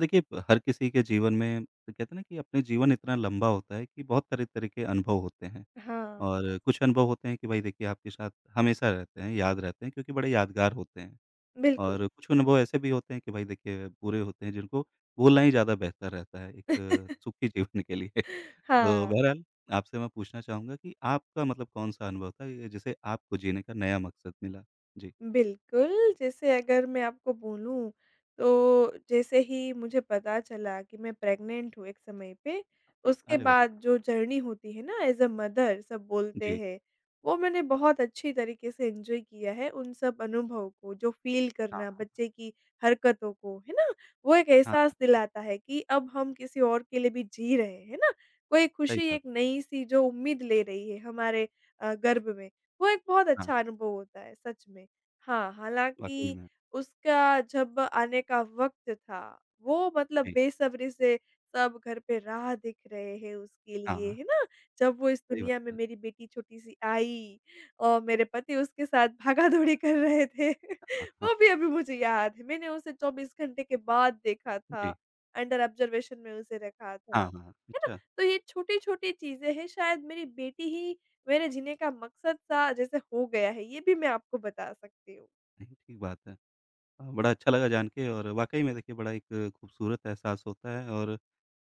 देखिए, हर किसी के जीवन में तो कहते हैं ना कि अपने जीवन इतना लंबा होता है कि बहुत तरह-तरह के अनुभव होते हैं हाँ, और कुछ अनुभव होते हैं कि भाई देखिए आपके साथ हमेशा रहते हैं, याद रहते हैं क्योंकि बड़े यादगार होते हैं बिल्कुल। और कुछ अनुभव ऐसे भी होते हैं कि भाई देखिए बुरे होते हैं जिनको भूलना ही ज़्यादा बेहतर रहता है एक सुखी जीवन के लिए। तो हाँ, बहरहाल आपसे मैं पूछना चाहूँगा कि आपका मतलब कौन-सा अनुभव था ये जिसे आपको जीने का नया मकसद मिला? जी। बिल्कुल, जैसे अगर मैं आपको बोलूँ, तो जैसे ही मुझे पता चला कि मैं प्रेग्नेंट हूँ एक समय पे, उसके अरे वाह! बाद जो जर्नी होती है ना एज़ अ मदर सब बोलते जी। हैं, वो मैंने बहुत अच्छी तरीके से एन्जॉय किया है उन सब अनुभव को, जो फ़ील करना हाँ, बच्चे की हरकतों को, है ना? वो एक हाँ, एहसास दिलाता है कि अब हम किसी और के लिए भी जी रहे हैं, है ना? कोई सही खुशी बात। एक नई-सी जो उम्मीद ले रही है हमारे गर्भ में, वो एक बहुत हाँ, अच्छा अनुभव होता है, सच में। हाँ, वाक़ई हालाँकि में। उसका जब आने का वक़्त था, वो मतलब जी, बेसब्री से सब घर पे राह देख रहे हैं उसके लिए, हाँ। है ना? जब वो इस सही दुनिया में बात है। मेरी बेटी छोटी-सी आई और मेरे पति उसके साथ भागा-दौड़ी कर रहे थे। हाँ, वो हाँ। भी अभी मुझे याद है। मैंने उसे 24 घंटे के बाद देखा था, जी। अंडर ऑब्जर्वेशन में उसे रखा था, हाँ, हाँ। है ना? अच्छा, तो ये छोटी-छोटी चीज़ें हैं, शायद मेरी बेटी ही मेरे जीने का मकसद-सा जैसे हो गया है, ये भी मैं आपको बता सकती हूँ। नहीं ठीक बात है। बड़ा अच्छा लगा जान के और वाक़ई में देखिए बड़ा एक खूबसूरत एहसास होता है और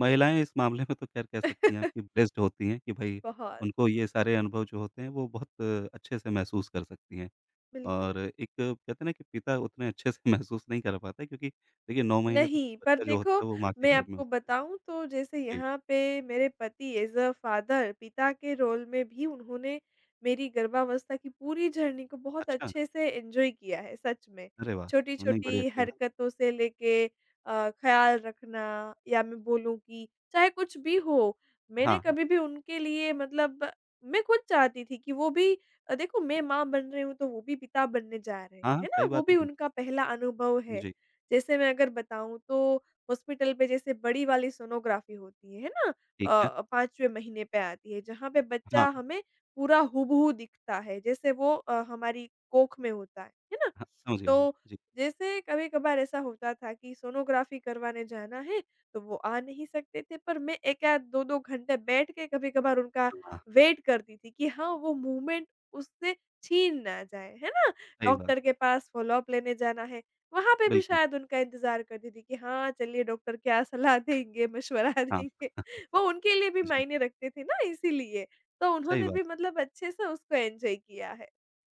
महिलाएँ इस मामले में तो ख़ैर कह सकती हैं आप कि ब्लेस्ड होती हैं कि भई बहुत, उनको ये सारे अनुभव जो होते हैं वो बहुत अच्छे से महसूस कर सकती हैं। बिल्कुल। और एक कहते हैं ना कि पिता उतने अच्छे से महसूस नहीं कर पाता है, क्योंकि देखिए 9 महीने तक नहीं, तो पर बच्चा जो देखो होता है वो माँ के मैं गर्भ में आपको होता है। बताऊँ तो जैसे जी। यहाँ पे मेरे पति एज़ अ फ़ादर पिता के रोल में भी उन्होंने मेरी गर्भावस्था की पूरी जर्नी को बहुत अच्छा, अच्छे से एन्जॉय किया है, सच में। अरे वाह! नहीं बड़ी छोटी-छोटी अच्छी बात। हरकतों से लेके ख़्याल रखना या मैं बोलूँ कि चाहे कुछ भी हो, हाँ, मैंने हाँ। कभी भी उनके लिए मतलब मैं खुद चाहती थी कि वो भी देखो मैं माँ बन रही हूँ तो वो भी पिता बनने जा रहे हैं, हाँ, हाँ, है ना? सही वो बात है भी उनका बिल्कुल। पहला अनुभव है। जी, जैसे मैं अगर बताऊँ तो हॉस्पिटल पे जैसे बड़ी वाली सोनोग्राफ़ी होती है ना? ठीक है। 5वें महीने पे आती है, जहाँ पे बच्चा हाँ, हमें पूरा हूबहू दिखता है, जैसे वो हमारी कोख में होता है ना? हाँ, समझ गया मैं। तो जी। जैसे कभी-कभार ऐसा होता था कि सोनोग्राफ़ी करवाने जाना है, तो वो आ नहीं सकते थे, पर मैं 1 या 2-2 घंटे बैठ के कभी-कभार उनका हाँ, वेट करती थी कि हाँ, वो मूवमेंट उससे छीन ना जाए, है ना? सही बात डॉक्टर है। के पास फ़ॉलो अप लेने जाना है, वहाँ पे भी बिल्कुल, शायद उनका इंतज़ार करती थी कि हाँ, चलिए डॉक्टर क्या सलाह देंगे, मशवरा हाँ, देंगे। वो उनके लिए भी जी, मायने रखते थे ना इसीलिए, तो सही उन्होंने बात। भी मतलब अच्छे से उसको एन्जॉय किया है।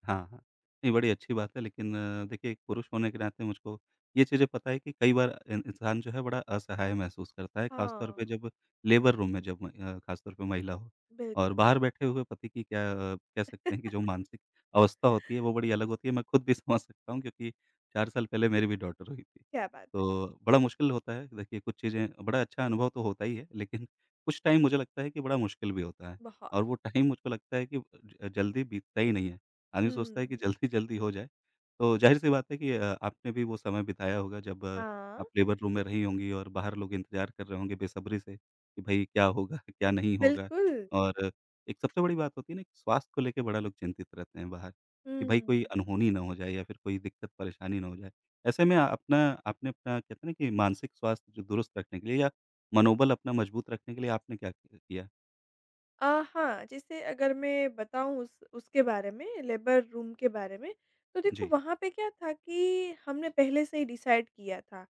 हाँ, हाँ। नहीं बड़ी अच्छी बात है लेकिन देखिए एक पुरुष होने के नाते मुझको ये चीज़ें पता है कि कई बार इन इंसान जो है बड़ा असहाय महसूस करता है, ख़ासतौर हाँ, पे जब लेबर रूम में जब ख़ासतौर पे महिला हो और बिल्कुल। बाहर बैठे हुए पति की क्या कह सकते हैं कि जो मानसिक अवस्था होती है वो बड़ी अलग होती है। मैं खुद भी समझ सकता हूँ क्योंकि 4 साल पहले मेरी भी डॉटर हुई थी। क्या बात है! तो बड़ा मुश्किल होता है देखिए कुछ चीज़ें बड़ा अच्छा अनुभव तो होता ही है लेकिन कुछ टाइम मुझे लगता है कि बड़ा मुश्किल भी होता है बहुत। और वो टाइम मुझको लगता है कि अ, ज जल्दी बीतता ही नहीं है। आदमी सोचता है कि हुँ। जल्दी-जल्दी हो जाए। तो ज़ाहिर-सी बात है कि आपने भी वो समय बिताया होगा जब हाँ, आप लेबर रूम में रही होंगी और बाहर लोग इंतज़ार कर रहे होंगे बेसब्री से कि भई क्या होगा, क्या नहीं होगा? बिल्कुल। और एक सबसे बड़ी बात होती है ना कि स्वास्थ्य को लेके बड़ा लोग चिंतित रहते हैं बाहर, कि भई कोई हुँ। अनहोनी ना हो जाए या फिर कोई दिक्कत परेशानी ना हो जाए। ऐसे में अपना आपने अपना कहते हैं ना कि मानसिक स्वास्थ्य जो दुरुस्त रखने के लिए या मनोबल अपना मजबूत रखने के लिए आपने क्या किया? अ, हाँ, जैसे अगर मैं बताऊँ उस उसके बारे में लेबर रूम के बारे में, तो देखो जी। वहाँ पे क्या था कि हमने पहले से ही डिसाइड किया था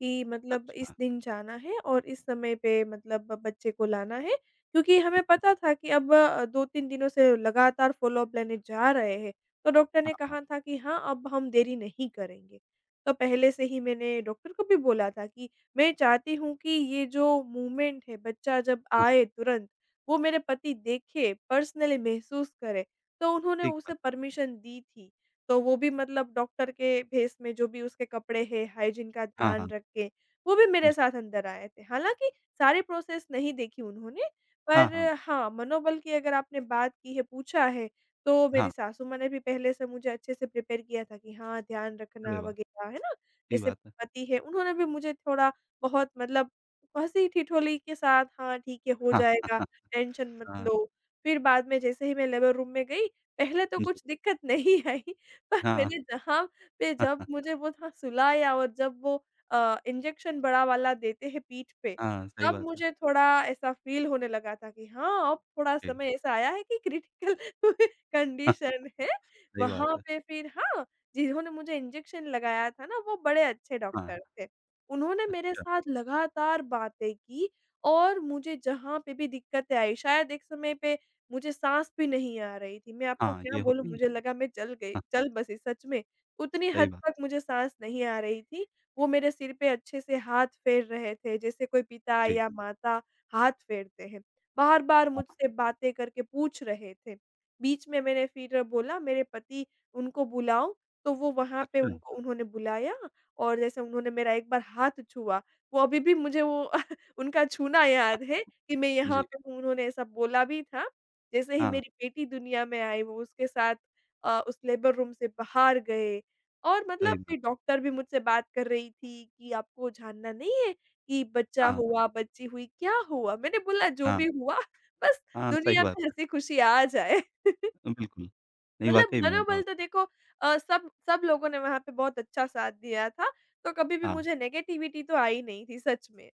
कि मतलब इस अच्छा, दिन जाना है और इस समय पे मतलब बच्चे को लाना है। क्योंकि हमें ठीक है। पता था कि अब 2-3 दिनों से लगातार फ़ॉलो-अप लेने जा रहे हैं, तो डॉक्टर ने हाँ, हाँ। कहा था कि हाँ, अब हम देरी नहीं करेंगे। तो पहले से ही मैंने डॉक्टर को भी बोला था कि मैं चाहती हूँ कि ये जो मूवमेंट है, बच्चा जब हाँ, आए हाँ, तुरंत, वो मेरे पति देखे, पर्सनली महसूस करें, तो उन्होंने ठीक उसे बात। परमिशन दी थी। तो वो भी मतलब डॉक्टर के भेस में जो भी उसके कपड़े हैं, हाइजीन का हाँ, ध्यान हाँ। रख के, वो भी जी। मेरे साथ अंदर आए थे। हालाँकि सारी प्रोसेस नहीं देखी उन्होंने, हाँ, पर हाँ। हाँ, मनोबल की अगर आपने बात की है, पूछा है, तो मेरी हाँ, सासू माँ ने भी पहले से मुझे अच्छे से प्रिपेयर किया था कि हाँ, ध्यान रखना अरे वाह! वग़ैरह, है ना? सही जैसे बात है। मेरे पति हैं, उन्होंने भी मुझे थोड़ा-बहुत मतलब हँसी-ठिठोली के साथ, "हाँ, ठीक है, हो हाँ, हाँ, जाएगा।" हाँ, टेंशन मत हाँ, लो। फिर बाद में जैसे ही मैं लेबर रूम में गई, पहले तो जी। कुछ दिक्कत नहीं आई, पर हाँ, मैंने जहाँ पे जब हाँ, मुझे वो था सुलाया और जब वो इंजेक्शन बड़ा वाला देते हैं पीठ पे, हाँ, सही तब बात है। मुझे थोड़ा ऐसा फ़ील होने लगा था कि हाँ, अब थोड़ा जी, समय ऐसा आया है कि क्रिटिकल हाँ, कंडीशन है। सही बात वहाँ है। पे फिर हाँ, जिन्होंने मुझे इंजेक्शन लगाया था ना, वो बड़े अच्छे हाँ, डॉक्टर थे। उन्होंने मेरे अच्छा। साथ लगातार बातें की और मुझे जहाँ पे भी दिक्कतें आई, शायद एक समय पे मुझे साँस भी नहीं आ रही थी। मैं आपको हाँ, क्या ये बोलूँ, होती है। मुझे लगा मैं जल गई हाँ, जल बसी सच में। उतनी हद सही बात तक है। मुझे साँस नहीं आ रही थी। वो मेरे सिर पे अच्छे से हाथ फेर रहे थे, जैसे कोई पिता जी, या माता हाथ फेरते हैं। बार-बार हाँ, मुझसे बातें करके पूछ रहे थे। बीच में मैंने फिर बोला मेरे पति उनको बुलाओ, तो वो वहाँ पे अच्छा। उनको उन्होंने बुलाया और जैसे उन्होंने मेरा एक बार हाथ छुआ, वो अभी भी मुझे वो उनका छूना याद हाँ, है कि मैं यहाँ जी, पे हूँ, उन्होंने ऐसा बोला भी था। जैसे ही हाँ, मेरी बेटी दुनिया में आई वो उसके साथ उस लेबर रूम से बाहर गए और मतलब सही बात। फिर डॉक्टर भी मुझसे बात कर रही थी कि आपको जानना नहीं है कि बच्चा हाँ, हुआ, बच्ची हुई, क्या हुआ? मैंने बोला जो हाँ, भी हुआ बस हाँ, सही दुनिया बात में है। हँसी-खुशी आ जाए। बिल्कुल, नहीं मतलब वाक़ई में मनोबल और तो देखो सब सब लोगों ने वहाँ पे बहुत अच्छा साथ दिया था, तो कभी भी हाँ, मुझे नेगेटिविटी तो आई नहीं थी सच में।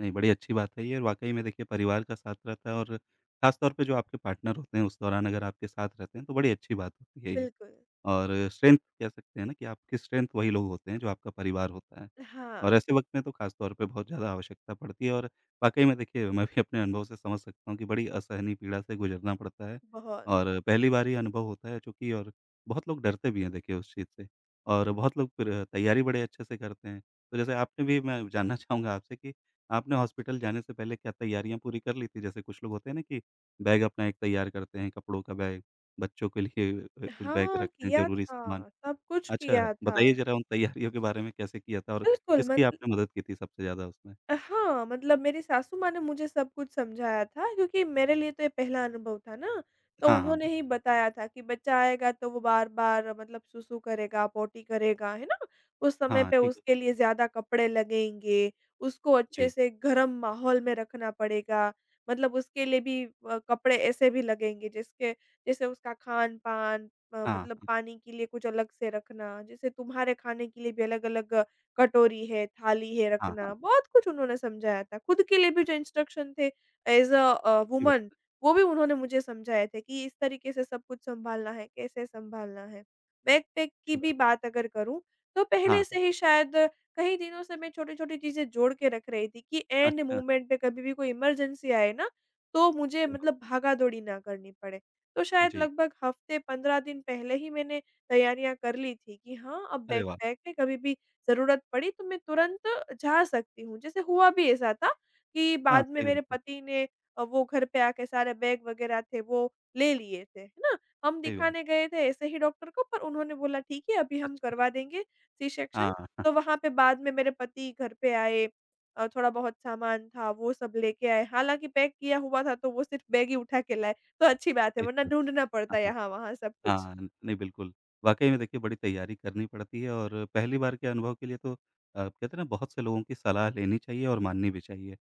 नहीं बड़ी अच्छी बात है ये और वाक़ई में देखिए परिवार का साथ रहता है और ख़ास तौर पे जो आपके पार्टनर होते हैं उस दौरान अगर आपके साथ रहते हैं तो बड़ी अच्छी बात होती है ये। बिल्कुल। और स्ट्रेंथ कह सकते हैं ना कि आपकी स्ट्रेंथ वही लोग होते हैं जो आपका परिवार होता है। और हाँ, ऐसे वक़्त में तो ख़ास तौर पे बहुत ज़्यादा आवश्यकता पड़ती है और वाक़ई में देखिए मैं भी अपने अनुभव से समझ सकता हूँ कि बड़ी असहनीय पीड़ा से गुज़रना पड़ता है बहुत। और पहली बार ये अनुभव होता है चूँकि और बहुत लोग डरते भी हैं देखिए उस चीज़ से और बहुत लोग फिर तैयारी बड़े अच्छे से करते हैं। तो जैसे आपने भी मैं जानना चाहूँगा आपसे कि आपने हॉस्पिटल जाने से पहले क्या तैयारियाँ पूरी कर ली थी? जैसे कुछ लोग होते हैं ना कि बैग अपना एक तैयार करते हैं, कपड़ों का बैग बच्चों के लिए कुछ बैग हाँ, रखते हैं, किया ज़रूरी सामान। था, सब कुछ अच्छा, किया था। बताइए ज़रा उन तैयारियों के बारे में कैसे किया था और बिल्कुल, किसकी मत आपने मदद की थी सबसे ज़्यादा उसमें? अ, हाँ, मतलब मेरी सासू माँ ने मुझे सब कुछ समझाया था क्योंकि मेरे लिए तो ये पहला अनुभव था ना, तो हाँ, हाँ, उन्होंने बिल ही बताया था कि बच्चा आएगा तो वो बार-बार मतलब सुसू करेगा, पोटी करेगा, है ना? उस समय हाँ, पे ठीक है। उसके लिए ज़्यादा कपड़े लगेंगे, उसको अच्छे जी, से गरम माहौल में रखना पड़ेगा, मतलब उसके लिए भी कपड़े ऐसे भी लगेंगे जिसके जैसे उसका खान-पान हाँ, मतलब हाँ, पानी के लिए कुछ अलग से रखना, जैसे तुम्हारे खाने के लिए भी अलग-अलग कटोरी है, थाली है हाँ, रखना, हाँ, बहुत कुछ उन्होंने समझाया था। खुद के लिए भी जो इंस्ट्रक्शन थे एज़ अ अच्छी वुमन बात वो भी उन्होंने मुझे समझाए थे कि इस तरीके से सब कुछ सँभालना है, कैसे सँभालना है। बैकपैक की अच्छी भी बात। बात अगर करूँ, तो हाँ, पहले हाँ, से ही शायद कई दिनों से मैं छोटी-छोटी चीज़ें जोड़ के रख रही थी कि एंड अच्छा, मोमेंट पे कभी भी कोई इमरजेंसी आए ना, तो मुझे सही मतलब बात। भागा-दौड़ी ना करनी पड़े। तो शायद जी, लगभग हफ़्ते 15 दिन पहले ही मैंने तैयारियाँ कर ली थी कि हाँ, अब अरे वाह! बैकपैक है, कभी भी ज़रूरत पड़ी तो मैं तुरंत जा सकती हूँ। जैसे हुआ भी ऐसा था कि हाँ, बाद में सही मेरे बात है, पति ने वो घर पे आके सारे बैग वग़ैरह थे वो ले लिए थे, है ना? हम सही बात। दिखाने गए थे ऐसे ही डॉक्टर को पर उन्होंने बोला ठीक है अभी हम अच्छा, करवा देंगे सी सेक्शन। हाँ, हाँ, तो वहाँ पे बाद में मेरे पति घर पे आए थोड़ा-बहुत सामान था वो सब लेके आए। हालाँकि पैक किया हुआ था तो वो सिर्फ़ बैग ही उठा के लाए, तो अच्छी बात है सही वरना बात। ढूँढना हाँ, पड़ता हाँ। यहाँ-वहाँ सब कुछ। हाँ, नहीं बिल्कुल। वाक़ई में देखिए बड़ी तैयारी करनी पड़ती है और पहली बार के अनुभव के लिए तो कहते हैं ना बहुत से लोगों की सलाह लेनी चाहिए और माननी भी चाहिए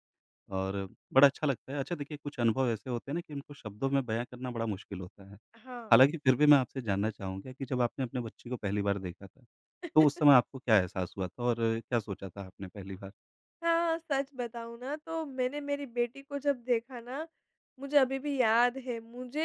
और बड़ा अच्छा लगता है। अच्छा देखिए कुछ अनुभव ऐसे होते हैं ना कि उनको शब्दों में बयाँ करना बड़ा मुश्किल होता है। हाँ। हालाँकि फिर भी मैं आपसे जानना चाहूँगा कि जब आपने अपने बच्ची को पहली बार देखा था, तो उस समय आपको क्या एहसास हुआ था और क्या सोचा था आपने पहली बार? हाँ, सच बताऊँ ना तो मैंने मेरी बेटी को जब देखा ना, मुझे अभी भी याद है, मुझे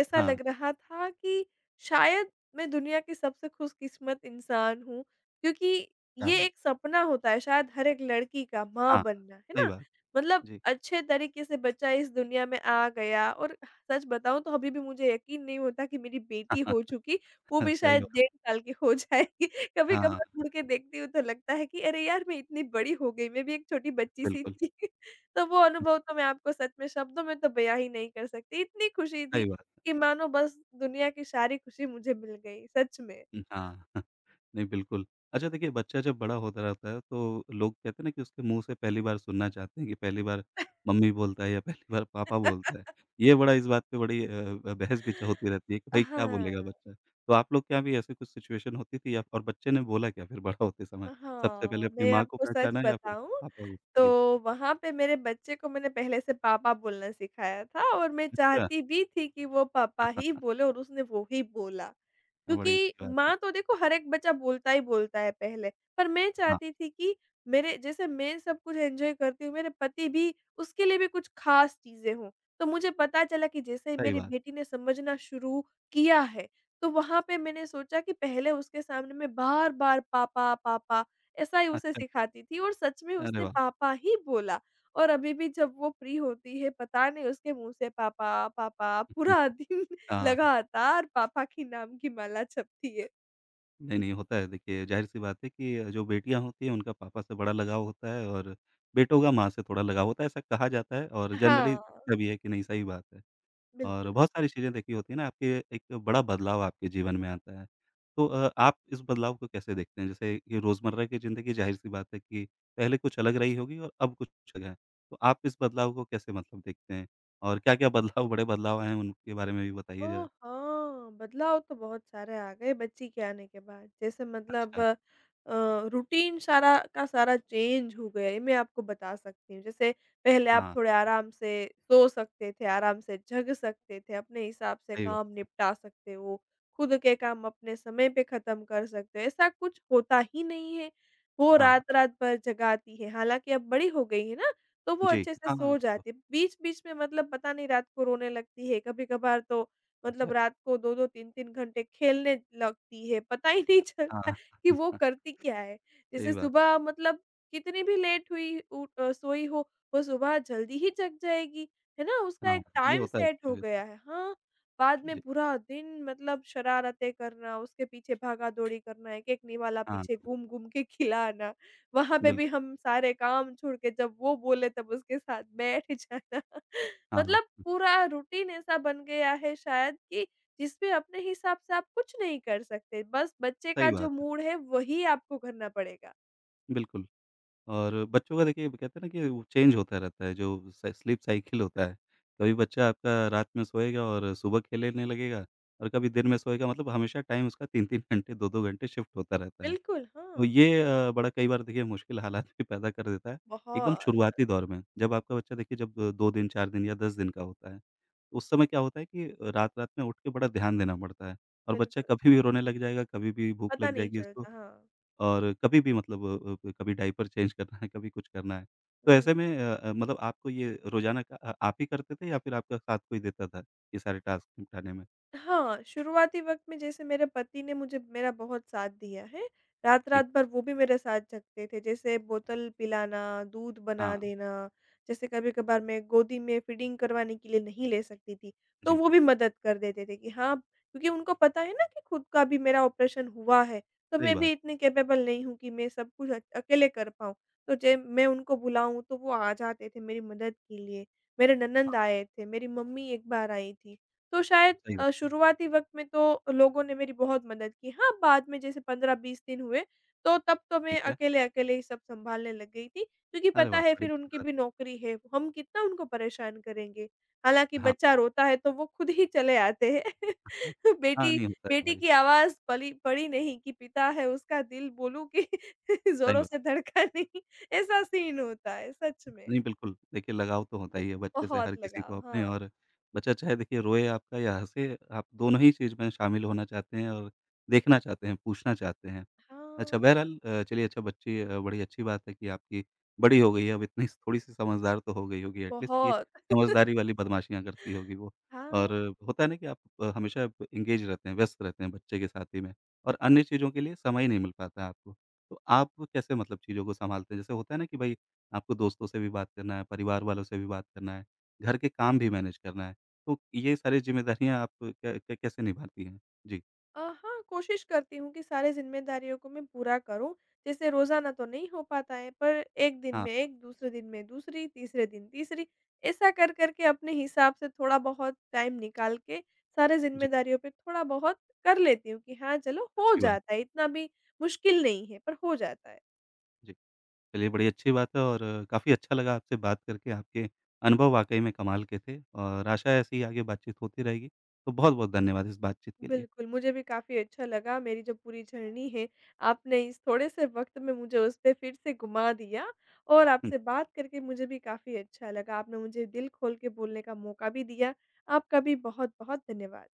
ऐसा हाँ, लग रहा था कि शायद मैं दुनिया की सबसे खुशकिस्मत इंसान हूँ, क्योंकि क्या ये बात! एक सपना होता है शायद हर एक लड़की का माँ हाँ, बनना, है सही ना? बात। मतलब जी। अच्छे तरीके से बच्चा इस दुनिया में आ गया और सच बताऊँ तो अभी भी मुझे यकीन नहीं होता कि मेरी बेटी हो चुकी, वो भी सही शायद बात। 1.5 साल की हो जाएगी। हाँ, कभी-कभार मुड़ के देखती हूँ तो लगता है कि अरे यार! मैं इतनी बड़ी हो गई, मैं भी एक छोटी बच्ची सी बिल्कुल, थी। तो वो अनुभव तो मैं आपको सच में शब्दों में तो बयाँ ही नहीं कर सकती। इतनी खुशी थी सही बात। कि मानो बस दुनिया की सारी खुशी मुझे मिल गई, सच में। हुँ, हाँ। नहीं, बिल्कुल। अच्छा देखिए, बच्चा जब बड़ा होता रहता है तो लोग कहते हैं ना कि उसके मुँह से पहली बार सुनना चाहते हैं कि पहली बार मम्मी बोलता है या पहली बार पापा बोलता है। ये बड़ा इस बात पे बड़ी अ, ब बहस भी च होती रहती है कि भाई क्या बोलेगा हाँ, बच्चा? तो आप लोग के यहाँ भी ऐसी कुछ सिचुएशन होती थी या और बच्चे ने बोला क्या फिर बड़ा होते समय? सबसे पहले हाँ, अपनी मैं माँ को आपको सच पहचाना या फिर बताऊँ पापा को? तो जी, वहाँ पे मेरे बच्चे को मैंने पहले से पापा बोलना सिखाया था और मैं अच्छा चाहती भी थी कि वो पापा ही बोले और उसने वो ही बोला। बड़ी अच्छी क्योंकि बात है। माँ तो देखो हर एक बच्चा बोलता ही बोलता है पहले, पर मैं हाँ, चाहती थी कि मेरे जैसे मैं सब कुछ एन्जॉय करती हूँ, मेरे पति भी उसके लिए भी कुछ ख़ास चीज़ें हों। तो मुझे पता चला कि जैसे ही सही मेरी बात। बेटी ने समझना शुरू किया है, तो वहाँ पे मैंने सोचा कि पहले उसके सामने मैं बार-बार पापा, पापा ऐसा ही उसे अच्छा, सिखाती थी और सच में अरे उसने वाह! पापा ही बोला। और अभी भी जब वो फ्री होती है, पता नहीं उसके मुँह से पापा, पापा हुँ, पूरा दिन हाँ। लगातार पापा के नाम की माला जपती है। नहीं, नहीं, होता है। देखिए, ज़ाहिर-सी बात है कि जो बेटियाँ होती हैं, उनका पापा से बड़ा लगाव होता है और बेटों का माँ से थोड़ा लगाव होता है, ऐसा कहा जाता है और जनरली हाँ। दिखता भी है कि नहीं, सही बात है। और बिल्कुल। बहुत सारी चीज़ें देखी होती हैं ना, आपके एक बड़ा बदलाव आपके जीवन में आता है। तो आप इस बदलाव को कैसे देखते हैं? जैसे ये रोज़मर्रा की ज़िंदगी ज़ाहिर-सी बात है कि पहले कुछ अलग रही होगी और अब कुछ अलग है। तो आप इस बदलाव को कैसे मतलब देखते हैं? और क्या-क्या बदलाव, बड़े बदलाव आए हैं, उनके बारे में भी बताइए ओह! ज़रा? हाँ, बदलाव तो बहुत सारे आ गए बच्ची के आने के बाद। जैसे मतलब अच्छा। रूटीन सारा का सारा चेंज हो गया, ये मैं आपको बता सकती हूँ। जैसे पहले आप हाँ, थोड़े आराम से सो सकते थे, आराम से जग सकते थे, अपने हिसाब से सही बात काम है। निपटा सकते हो, खुद के काम अपने समय पे ख़त्म कर सकते हो, ऐसा कुछ होता ही नहीं है। वो हाँ। रात-रात भर जगाती है, हालाँकि अब बड़ी हो गई है ना, तो वो जी। अच्छे से हाँ, हाँ। सो जाती है। बीच-बीच में मतलब पता नहीं रात को रोने लगती है, कभी-कभार तो मतलब अच्छा, रात को 2-2 3-3 घंटे खेलने लगती है, पता ही नहीं हाँ, चलता कि वो हाँ, करती क्या है। सही जैसे बात सुबह मतलब कितनी भी लेट हुई सोई हो, वो सुबह जल्दी ही जग जाएगी, है ना? है। उसका हाँ, एक ये टाइम होता है सेट बच्चों हो के साथ। गया है। हाँ, बाद में जी, पूरा दिन मतलब शरारतें करना, उसके पीछे भागा-दौड़ी करना, एक-एक निवाला हाँ, पीछे घूम-घूम के खिलाना, वहाँ पे भी बिल्कुल। हम सारे काम छोड़ के जब वो बोले तब उसके साथ बैठ जाना। हाँ, हाँ, मतलब हाँ, पूरा रूटीन ऐसा बन गया है शायद कि जिसमें अपने हिसाब से आप कुछ नहीं कर सकते, बस बच्चे का सही जो बात है, मूड है वही आपको करना पड़ेगा। बिल्कुल और बच्चों का देखिए कहते हैं ना कि वो चेंज होता रहता है जो स स्लीप साइकिल होता है। कभी बच्चा आपका रात में सोएगा और सुबह खेलने लगेगा और कभी दिन में सोएगा मतलब हमेशा टाइम उसका 3-3 घंटे, 2-2 घंटे शिफ्ट होता रहता है। बिल्कुल, तो हाँ। ये बड़ा कई बार देखिए मुश्किल हालात भी पैदा कर देता है, एकदम बहुत, शुरुआती दौर में। जब आपका बच्चा देखिए जब 2 दिन, 4 दिन या 10 दिन का होता है, उस समय क्या होता है कि रात-रात में उठ के बड़ा ध्यान देना पड़ता है और बच्चा बिल्कुल। कभी भी रोने लग जाएगा, कभी भी भूख पता लग नहीं जाएगी उसको चलता, हाँ। और कभी भी मतलब कभी डायपर चेंज करना है, कभी कुछ करना है। तो हुँ। ऐसे में मतलब आपको ये रोज़ाना का आप ही करते थे या फिर आपका साथ कोई देता था, ये सारे टास्क निपटाने में? हाँ, शुरुआती वक़्त में जैसे मेरे पति ने मुझे मेरा बहुत साथ दिया है। रात-रात ठीक भर वो भी मेरे साथ जगते थे, जैसे बोतल पिलाना, दूध हाँ, बना देना, जैसे कभी-कभार मैं गोदी में फीडिंग करवाने के लिए नहीं ले सकती थी, तो जी, वो भी मदद कर देते थे कि हाँ, क्योंकि उनको पता है ना कि खुद का भी मेरा ऑपरेशन हुआ है, तो सही मैं भी बात, इतनी कैपेबल नहीं हूँ कि मैं सब कुछ अकेले कर पाऊँ। तो जे मैं उनको बुलाऊँ, तो वो आ जाते थे मेरी मदद के लिए। मेरे ननंद आए थे, मेरी मम्मी एक बार आई थी। तो शायद सही बात है। शुरुआती वक़्त में तो लोगों ने मेरी बहुत मदद की। हाँ, बाद में जैसे 15-20 दिन हुए, तो तब तो मैं ठीक है। अकेले-अकेले ही सब सँभालने लग गई थी, क्योंकि अरे पता वाह! है बड़ी फिर अच्छी उनकी बात। भी नौकरी है, हम कितना उनको परेशान करेंगे। हालाँकि हाँ। बच्चा रोता है तो वो खुद ही चले आते हैं। हाँ, हाँ, बेटी नहीं होता है बेटी भाई, की आवाज़ पली पड़ी नहीं कि पिता है उसका दिल बोलूँ कि सही ज़ोरों से बात। धड़का नहीं, ऐसा सीन होता है सच में, नहीं, बिल्कुल। देखिए लगाव तो होता ही है बच्चे से बहुत हर किसी लगाव को अपने हाँ। और बच्चा चाहे देखिए रोए आपका या हँसे, आप दोनों ही चीज़ में शामिल होना चाहते हैं और देखना चाहते हैं, पूछना चाहते हैं। अच्छा हाँ, बहरहाल चलिए अच्छा बच्ची बड़ी अच्छी बात है कि आपकी बड़ी हो गई है अब इतनी थोड़ी-सी समझदार तो हो गई होगी एटलीस्ट कि बहुत। समझदारी वाली बदमाशियाँ करती होगी वो। और हाँ। होता है ना कि आप हमेशा एंगेज रहते हैं, व्यस्त रहते हैं बच्चे के साथ ही में और अन्य चीज़ों के लिए समय ही नहीं मिल पाता है आपको। तो आप कैसे मतलब चीज़ों को सँभालते हैं? जैसे होता है ना कि भई आपको दोस्तों से भी बात करना है, परिवार वालों से भी बात करना है, घर के काम भी मैनेज करना है। तो ये सारी ज़िम्मेदारियाँ आप कै कै कैसे निभाती हैं? जी। हाँ, कोशिश करती हूँ कि सारी ज़िम्मेदारियों को मैं पूरा करूँ। जैसे रोज़ाना तो नहीं हो पाता है, पर 1 दिन हाँ, में हाँ। 1, दूसरे दिन में दूसरी, तीसरे दिन तीसरी, ऐसा कर कर के अपने हिसाब से थोड़ा-बहुत टाइम निकाल के सारे जी, ज़िम्मेदारियों पे थोड़ा-बहुत कर लेती हूँ कि हाँ, चलो हो अच्छी बात। जाता है, इतना भी मुश्किल नहीं है, पर हो जाता है। जी, चलिए बड़ी अच्छी बात है और काफ़ी अच्छा लगा आपसे बात करके, आपके अनुभव वाक़ई में कमाल के थे और आशा है ऐसे ही आगे बातचीत होती रहेगी। तो बहुत-बहुत धन्यवाद इस बातचीत के लिए। बिल्कुल, मुझे भी काफ़ी अच्छा लगा मेरी जो पूरी जर्नी है, आपने इस थोड़े से वक़्त में मुझे उस पे फिर से घुमा दिया और हुँ। आपसे बात करके मुझे भी काफ़ी अच्छा लगा। आपने मुझे दिल खोल के बोलने का मौका भी दिया। आपका भी बहुत-बहुत धन्यवाद।